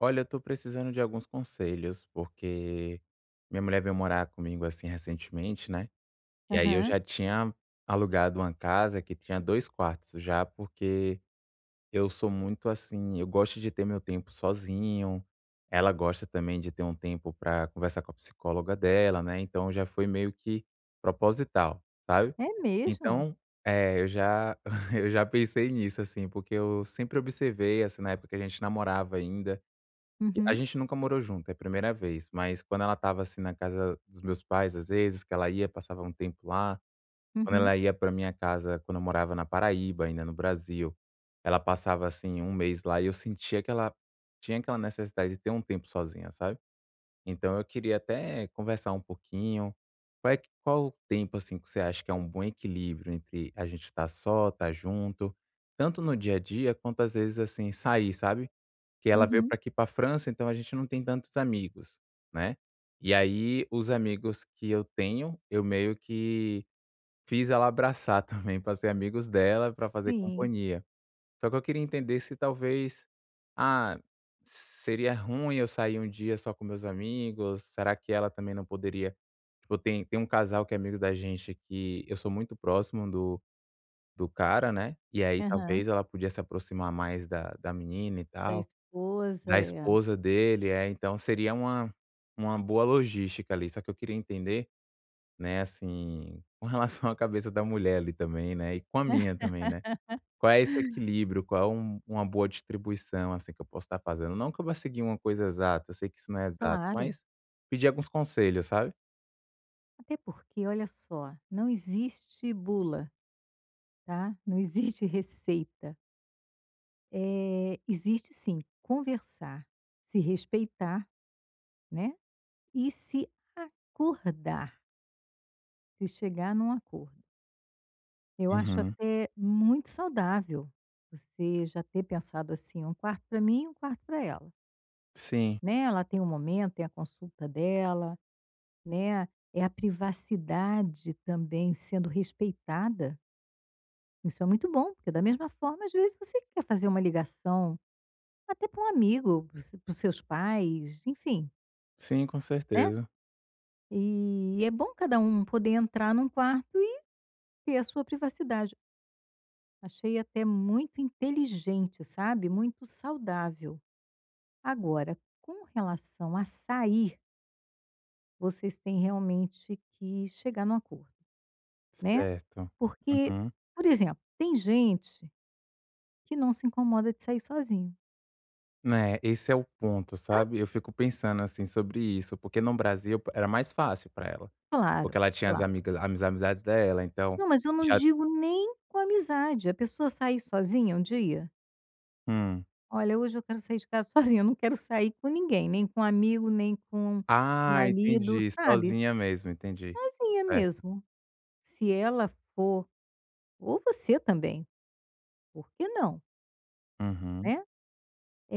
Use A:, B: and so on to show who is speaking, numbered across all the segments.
A: Olha, eu tô precisando de alguns conselhos, porque minha mulher veio morar comigo, assim, recentemente, né, e aí eu
B: Aham.
A: já tinha alugado uma casa que tinha 2 quartos já, porque eu sou muito assim, eu gosto de ter meu tempo sozinho, ela gosta também de ter um tempo pra conversar com a psicóloga dela, né, então já foi meio que proposital, sabe.
B: É mesmo?
A: Então, é, eu já eu já pensei nisso, assim, porque eu sempre observei, assim, na época que a gente namorava ainda, a
B: Uhum,
A: gente nunca morou junto, é a primeira vez, mas quando ela estava, assim, na casa dos meus pais, às vezes, que ela ia, passava um tempo lá, quando
B: uhum,
A: ela ia para minha casa, quando eu morava na Paraíba, ainda no Brasil, ela passava, assim, um mês lá e eu sentia que ela tinha aquela necessidade de ter um tempo sozinha, sabe. Então eu queria até conversar um pouquinho. Qual o tempo, assim, que você acha que é um bom equilíbrio entre a gente estar só, estar junto, tanto no dia a dia quanto às vezes, assim, sair, sabe. Que ela veio
B: uhum.
A: para aqui para França, então a gente não tem tantos amigos, né. E aí os amigos que eu tenho, eu meio que fiz ela abraçar também para ser amigos dela, para fazer
B: Sim.
A: companhia. Só que eu queria entender se talvez, ah, seria ruim eu sair um dia só com meus amigos, será que ela também não poderia tipo, tem um casal que é amigo da gente que eu sou muito próximo do cara, né, e aí
B: Aham.
A: talvez ela podia se aproximar mais da menina e
B: Da
A: tal.
B: esposa,
A: Da
B: é.
A: esposa dele, é, então seria uma boa logística ali, só que eu queria entender, né, assim, com relação à cabeça da mulher ali também, né, e com a minha também, né. Qual é esse equilíbrio, qual é uma boa distribuição, assim, que eu posso estar fazendo? Não que eu vá seguir uma coisa exata, eu sei que isso não é exato,
B: Claro.
A: mas pedir alguns conselhos, sabe?
B: Até porque, olha só, não existe bula, tá, não existe receita. É, existe sim, conversar, se respeitar, né, e se acordar, se chegar num acordo. Eu acho
A: Uhum.
B: até muito saudável você já ter pensado assim: "Um quarto para mim e um quarto para ela".
A: Sim,
B: Né, ela tem um momento, tem a consulta dela, né, é a privacidade também sendo respeitada. Isso é muito bom, porque da mesma forma, às vezes, você quer fazer uma ligação, até para um amigo, para os seus pais, enfim,
A: sim, com
B: né.
A: certeza.
B: E é bom cada um poder entrar num quarto e ter a sua privacidade. Achei até muito inteligente, sabe, muito saudável. Agora, com relação a sair, vocês têm realmente que chegar num acordo, né.
A: Certo.
B: Porque,
A: Uhum.
B: por exemplo, tem gente que não se incomoda de sair sozinho,
A: Né, esse é o ponto,
B: sabe?
A: sabe. Eu fico pensando, assim, sobre isso, porque no Brasil era mais fácil para ela. Porque
B: Claro,
A: ela tinha
B: claro.
A: as amizades dela, então
B: Não, mas eu não
A: já
B: digo nem com amizade. A pessoa sair sozinha um dia,
A: hum.
B: olha, hoje eu quero sair de casa sozinha, eu não quero sair com ninguém, nem com amigo, nem com
A: Ah,
B: marido,
A: entendi,
B: sabe?
A: sozinha mesmo, entendi.
B: Sozinha
A: Certo.
B: mesmo. Se ela for, ou você também, por que não,
A: Uhum.
B: né?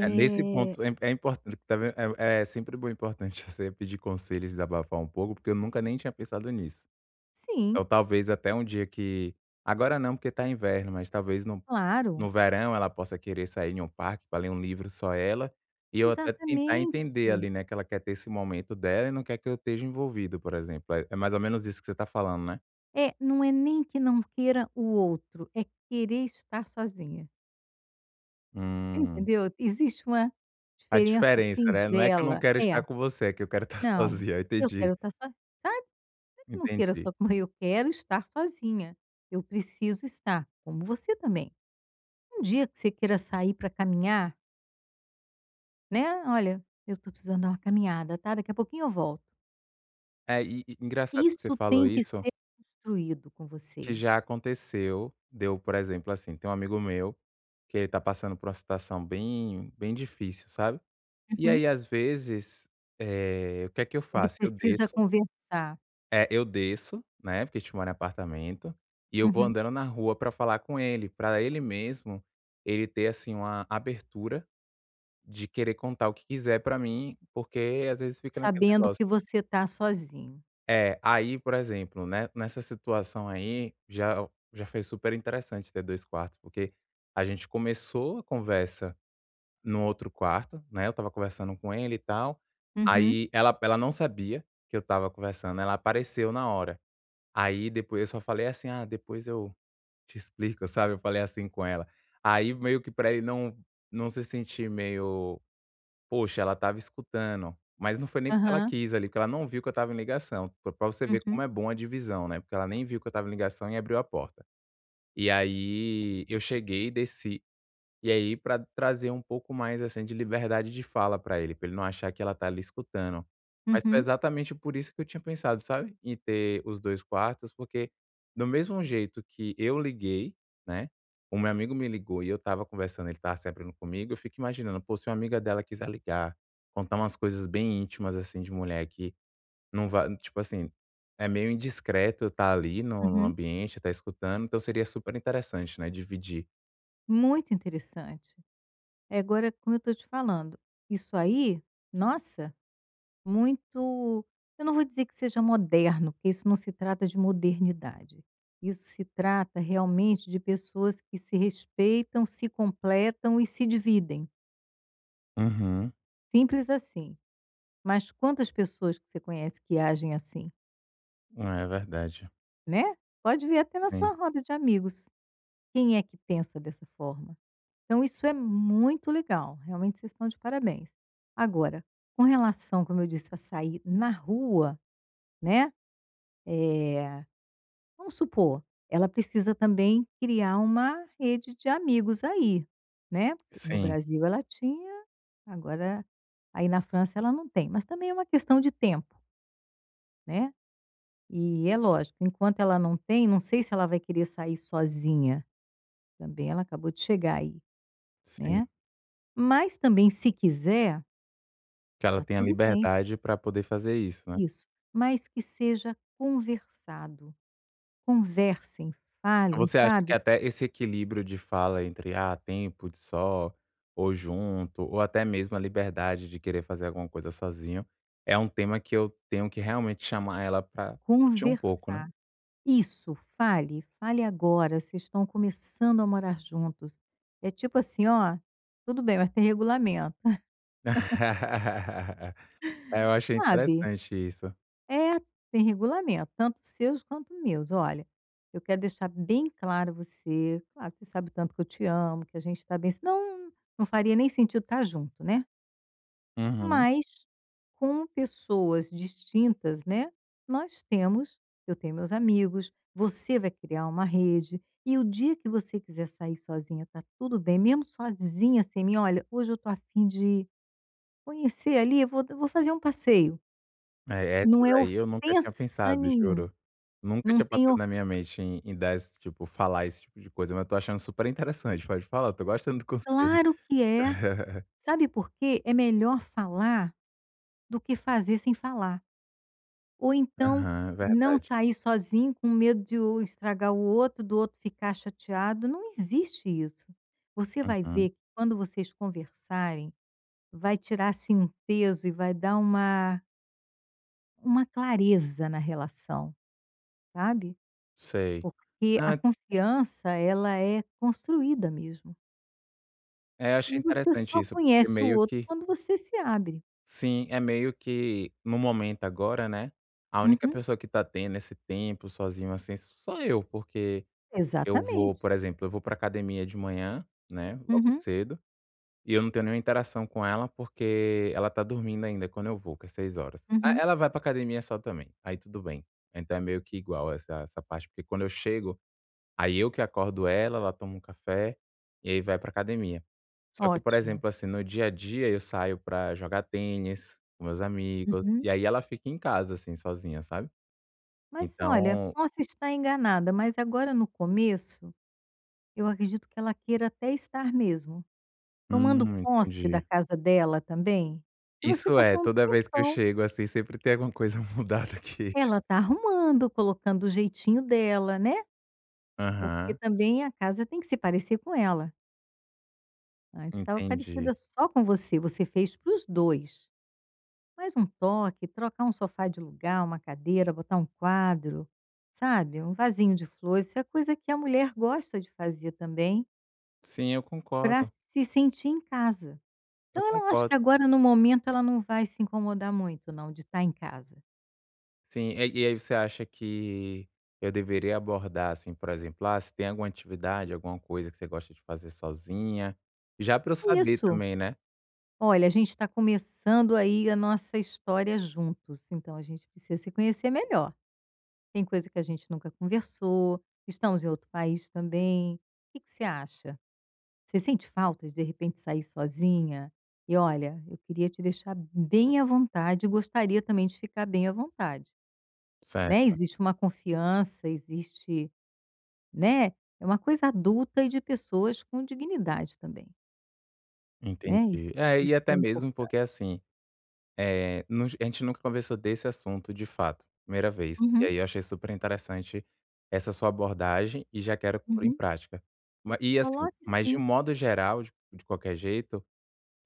A: É, nesse ponto é importante, tá ven é sempre bom importante você pedir conselhos e desabafar um pouco, porque eu nunca nem tinha pensado nisso.
B: sim,
A: Então talvez até um dia que agora não, porque tá inverno, mas talvez num no
B: claro,
A: verão ela possa querer sair em um parque pra ler um livro só ela, e eu até tentar
B: exatamente.
A: entender ali, né, que ela quer ter esse momento dela e não quer que eu esteja envolvido, por exemplo. É mais ou menos isso que você tá falando, né?
B: É, não é nem que não queira o outro, é querer estar sozinha. Você
A: Hum,
B: entendeu? Existe uma
A: a
B: diferença
A: diferença, né? Não é que eu não
B: singela.
A: quero
B: É,
A: estar com você, é que eu quero estar
B: não,
A: sozinho. Eu
B: eu
A: Entendi,
B: quero estar sozinha, sabe, eu não queira
A: entendi.
B: só como eu quero estar sozinha. Eu preciso estar, como você também. Um dia que você queira sair para caminhar, né, "Olha, eu estou precisando dar uma caminhada, tá, daqui a pouquinho eu volto".
A: É, e engraçado que você
B: Isso
A: falou
B: tem que
A: isso,
B: ser construído com
A: que
B: vocês.
A: já aconteceu deu, por exemplo, assim, tem um amigo meu que ele tá passando por uma situação bem bem difícil, sabe? E
B: Uhum.
A: aí, às vezes, eh, o que é que eu
B: Ele
A: faço? Eu
B: precisa
A: desço.
B: conversar.
A: É, eu desço, né, porque a gente mora em apartamento, e eu vou
B: Uhum.
A: andando na rua pra falar com ele, pra ele mesmo, ele ter, assim, uma abertura de querer contar o que quiser pra mim, porque às vezes fica naquele
B: Sabendo
A: negócio.
B: que você está sozinho.
A: É, aí, por exemplo, né, nessa situação aí, já já foi super interessante ter 2 quartos, porque a gente começou a conversa no outro quarto, né, eu estava conversando com ele e tal,
B: Uhum,
A: aí ela não sabia que eu estava conversando, ela apareceu na hora. Aí depois eu só falei assim: "Ah, depois eu te explico", sabe, eu falei assim com ela. Aí meio que pra ele não se sentir meio: "Poxa, ela tava escutando", mas não foi nem porque ela
B: aham,
A: quis ali, porque ela não viu que eu estava em ligação, pra você ver como
B: uhum,
A: é bom a divisão, né, porque ela nem viu que eu estava em ligação e abriu a porta. E aí eu cheguei, desci e aí para trazer um pouco mais, assim, de liberdade de fala para ele não achar que ela tá ali escutando. Mas foi
B: uhum,
A: exatamente por isso que eu tinha pensado, sabe, em ter os 2 quartos, porque do mesmo jeito que eu liguei, né, o meu amigo me ligou e eu estava conversando, ele estava sempre abrindo comigo, eu fico imaginando: "Pô, se uma amiga dela quiser ligar, contar umas coisas bem íntimas, assim, de mulher que não vai", tipo assim, é meio indiscreto eu estar tá ali no
B: uhum.
A: ambiente, estar escutando, então seria super interessante, né, dividir.
B: Muito interessante. É, agora, como eu estou te falando, isso aí, nossa, muito, eu não vou dizer que seja moderno, porque isso não se trata de modernidade. Isso se trata realmente de pessoas que se respeitam, se completam e se dividem,
A: Uhum.
B: simples assim. Mas quantas pessoas que você conhece que agem assim,
A: Ah, é verdade.
B: né? Pode ver até na
A: Sim,
B: sua roda de amigos. Quem é que pensa dessa forma? Então isso é muito legal, realmente vocês estão de parabéns. Agora, com relação, como eu disse, a sair na rua, né, eh, vamos supor, ela precisa também criar uma rede de amigos aí, né, porque no
A: sim,
B: Brasil ela tinha, agora aí na França ela não tem, mas também é uma questão de tempo, né. E é lógico, enquanto ela não tem, não sei se ela vai querer sair sozinha, também ela acabou de chegar aí,
A: sim.
B: né. Mas também se quiser,
A: Que ela
B: tá
A: tenha
B: tudo bem,
A: liberdade para poder fazer isso, né.
B: isso. Mas que seja conversado, conversem,
A: Então
B: falem,
A: você acha que
B: sabe,
A: até esse equilíbrio de fala entre, ah, tempo de só, ou junto, ou até mesmo a liberdade de querer fazer alguma coisa sozinho, é um tema que eu tenho que realmente chamar ela para discutir um pouco, né.
B: conversar. Isso, fale, fale agora, vocês estão começando a morar juntos. É tipo assim: "Ó, tudo bem, mas tem regulamento",
A: É, eu achei
B: sabe.
A: interessante isso.
B: É, tem regulamento, tanto seus quanto meus. "Olha, eu quero deixar bem claro a você, claro, você sabe o tanto que eu te amo, que a gente está bem", senão não faria nem sentido estar junto, né.
A: Uhum.
B: Mas, como pessoas distintas, né, nós temos, eu tenho meus amigos, você vai criar uma rede, e o dia que você quiser sair sozinha, tá tudo bem, mesmo sozinha, sem mim: "Olha, hoje eu tô a fim de conhecer ali, eu vou fazer um passeio".
A: É,
B: Não
A: essa
B: é
A: daí eu nunca tinha
B: ofensa
A: pensado,
B: nenhum,
A: juro. Nunca
B: não
A: tinha
B: tem
A: passado
B: of,
A: na minha mente em dar esse tipo falar esse tipo de coisa, mas eu tô achando super interessante, pode falar, eu tô gostando do conselho.
B: claro que é. Sabe por quê? É melhor falar do que fazer sem falar. Ou então,
A: Aham,
B: não
A: verdade.
B: sair sozinho com medo de o estragar o outro, do outro ficar chateado, não existe isso. Você vai
A: Uhum,
B: ver que quando vocês conversarem, vai tirar assim um peso e vai dar uma clareza na relação, sabe.
A: sei.
B: Porque a
A: Ah,
B: confiança ela é construída mesmo.
A: é, eu achei
B: E você
A: interessante
B: só
A: isso, porque
B: conhece o
A: meio
B: outro
A: que
B: quando você se abre.
A: sim, é meio que no momento agora, né, a única
B: Uhum,
A: pessoa que tá tendo esse tempo sozinho, assim, sou eu, porque eu vou,
B: exatamente.
A: por exemplo, eu vou pra academia de manhã, né, logo
B: Uhum,
A: cedo. E eu não tenho nenhuma interação com ela, porque ela tá dormindo ainda quando eu vou, que é 6 horas. Ah,
B: uhum.
A: ela vai pra academia só também, aí tudo bem. Então é meio que igual essa parte, porque quando eu chego, aí eu que acordo ela, ela toma um café, e aí vai pra academia. Só que, por
B: Ótimo.
A: exemplo, assim, no dia a dia eu saio pra jogar tênis com meus amigos, e
B: Uhum.
A: aí ela fica em casa, assim, sozinha, sabe.
B: Mas olha,
A: Então
B: posso estar enganada, mas agora no começo, eu acredito que ela queira até estar mesmo tomando posse da
A: entendi.
B: casa dela também, e você
A: Isso é,
B: passou um
A: toda vez que eu
B: tempão,
A: chego, assim, sempre tem alguma coisa mudada aqui.
B: ela tá arrumando, colocando o jeitinho dela, né, porque
A: Aham,
B: também a casa tem que se parecer com ela, antes estava
A: entendi.
B: parecida só com você, você fez para os 2. Mais um toque, trocar um sofá de lugar, uma cadeira, botar um quadro, sabe, um vasinho de flores, isso é coisa que a mulher gosta de fazer também,
A: Sim, eu
B: para
A: concordo,
B: se sentir em casa.
A: eu
B: Então ela, acho que
A: concordo.
B: agora no momento ela não vai se incomodar muito não, de estar em casa.
A: Sim, e aí você acha que eu deveria abordar, assim, por exemplo, ah, se tem alguma atividade, alguma coisa que você gosta de fazer sozinha, já para eu
B: É
A: saber
B: isso.
A: também, né.
B: "Olha, a gente está começando aí a nossa história juntos, então a gente precisa se conhecer melhor. Tem coisa que a gente nunca conversou, estamos em outro país também. O que que você acha? Você sente falta de repente sair sozinha? E olha, eu queria te deixar bem à vontade, gostaria também de ficar bem à vontade", né.
A: Certo,
B: Existe uma confiança, existe, né, é uma coisa adulta e de pessoas com dignidade também, né,
A: entendi.
B: isso
A: É, e
B: isso é
A: até mesmo porque,
B: importante.
A: assim, é nu a gente nunca conversou desse assunto de fato, primeira vez, e
B: Uhum,
A: aí eu achei super interessante essa sua abordagem e já quero pôr em
B: uhum.
A: prática. Ma e assim,
B: Coloque
A: mas de um
B: sim.
A: modo geral, de qualquer jeito.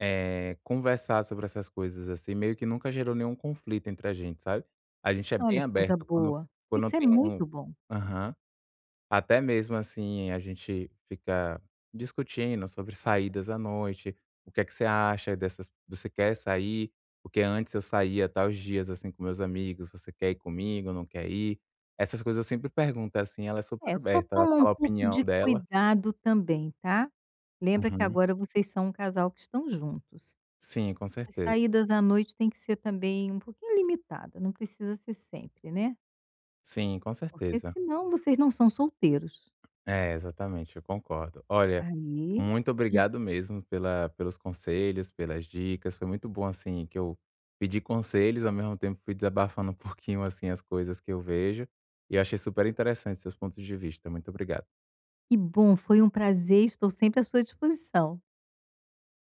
A: Eh, conversar sobre essas coisas, assim, meio que nunca gerou nenhum conflito entre a gente, sabe. A gente é bem
B: Olha que coisa
A: aberto quando
B: boa.
A: quando
B: Isso é
A: tem um,
B: muito bom.
A: aham. Até mesmo, assim, a gente fica discutindo sobre saídas à noite, o que é que você acha dessas você quer sair? Porque antes eu saía tais dias, assim, com meus amigos, você quer ir comigo, não quer ir? Essas coisas eu sempre pergunto, assim, ela é super
B: É, só
A: aberta, ela
B: toma um
A: fala a
B: pouco
A: opinião
B: de
A: dela.
B: cuidado também, tá. Lembra que
A: Uhum.
B: agora vocês são um casal que estão juntos.
A: Sim, com
B: As
A: certeza.
B: saídas à noite tem que ser também um pouquinho limitada, não precisa ser sempre, né,
A: Sim, com
B: porque
A: certeza.
B: senão vocês não são solteiros.
A: É, exatamente, eu concordo. Olha,
B: Aí,
A: muito obrigado mesmo pela pelos conselhos, pelas dicas, foi muito bom, assim, que eu pedi conselhos, ao mesmo tempo fui desabafando um pouquinho, assim, as coisas que eu vejo, e eu achei super interessante seus pontos de vista. Muito obrigado.
B: que bom, foi um prazer, estou sempre à sua disposição.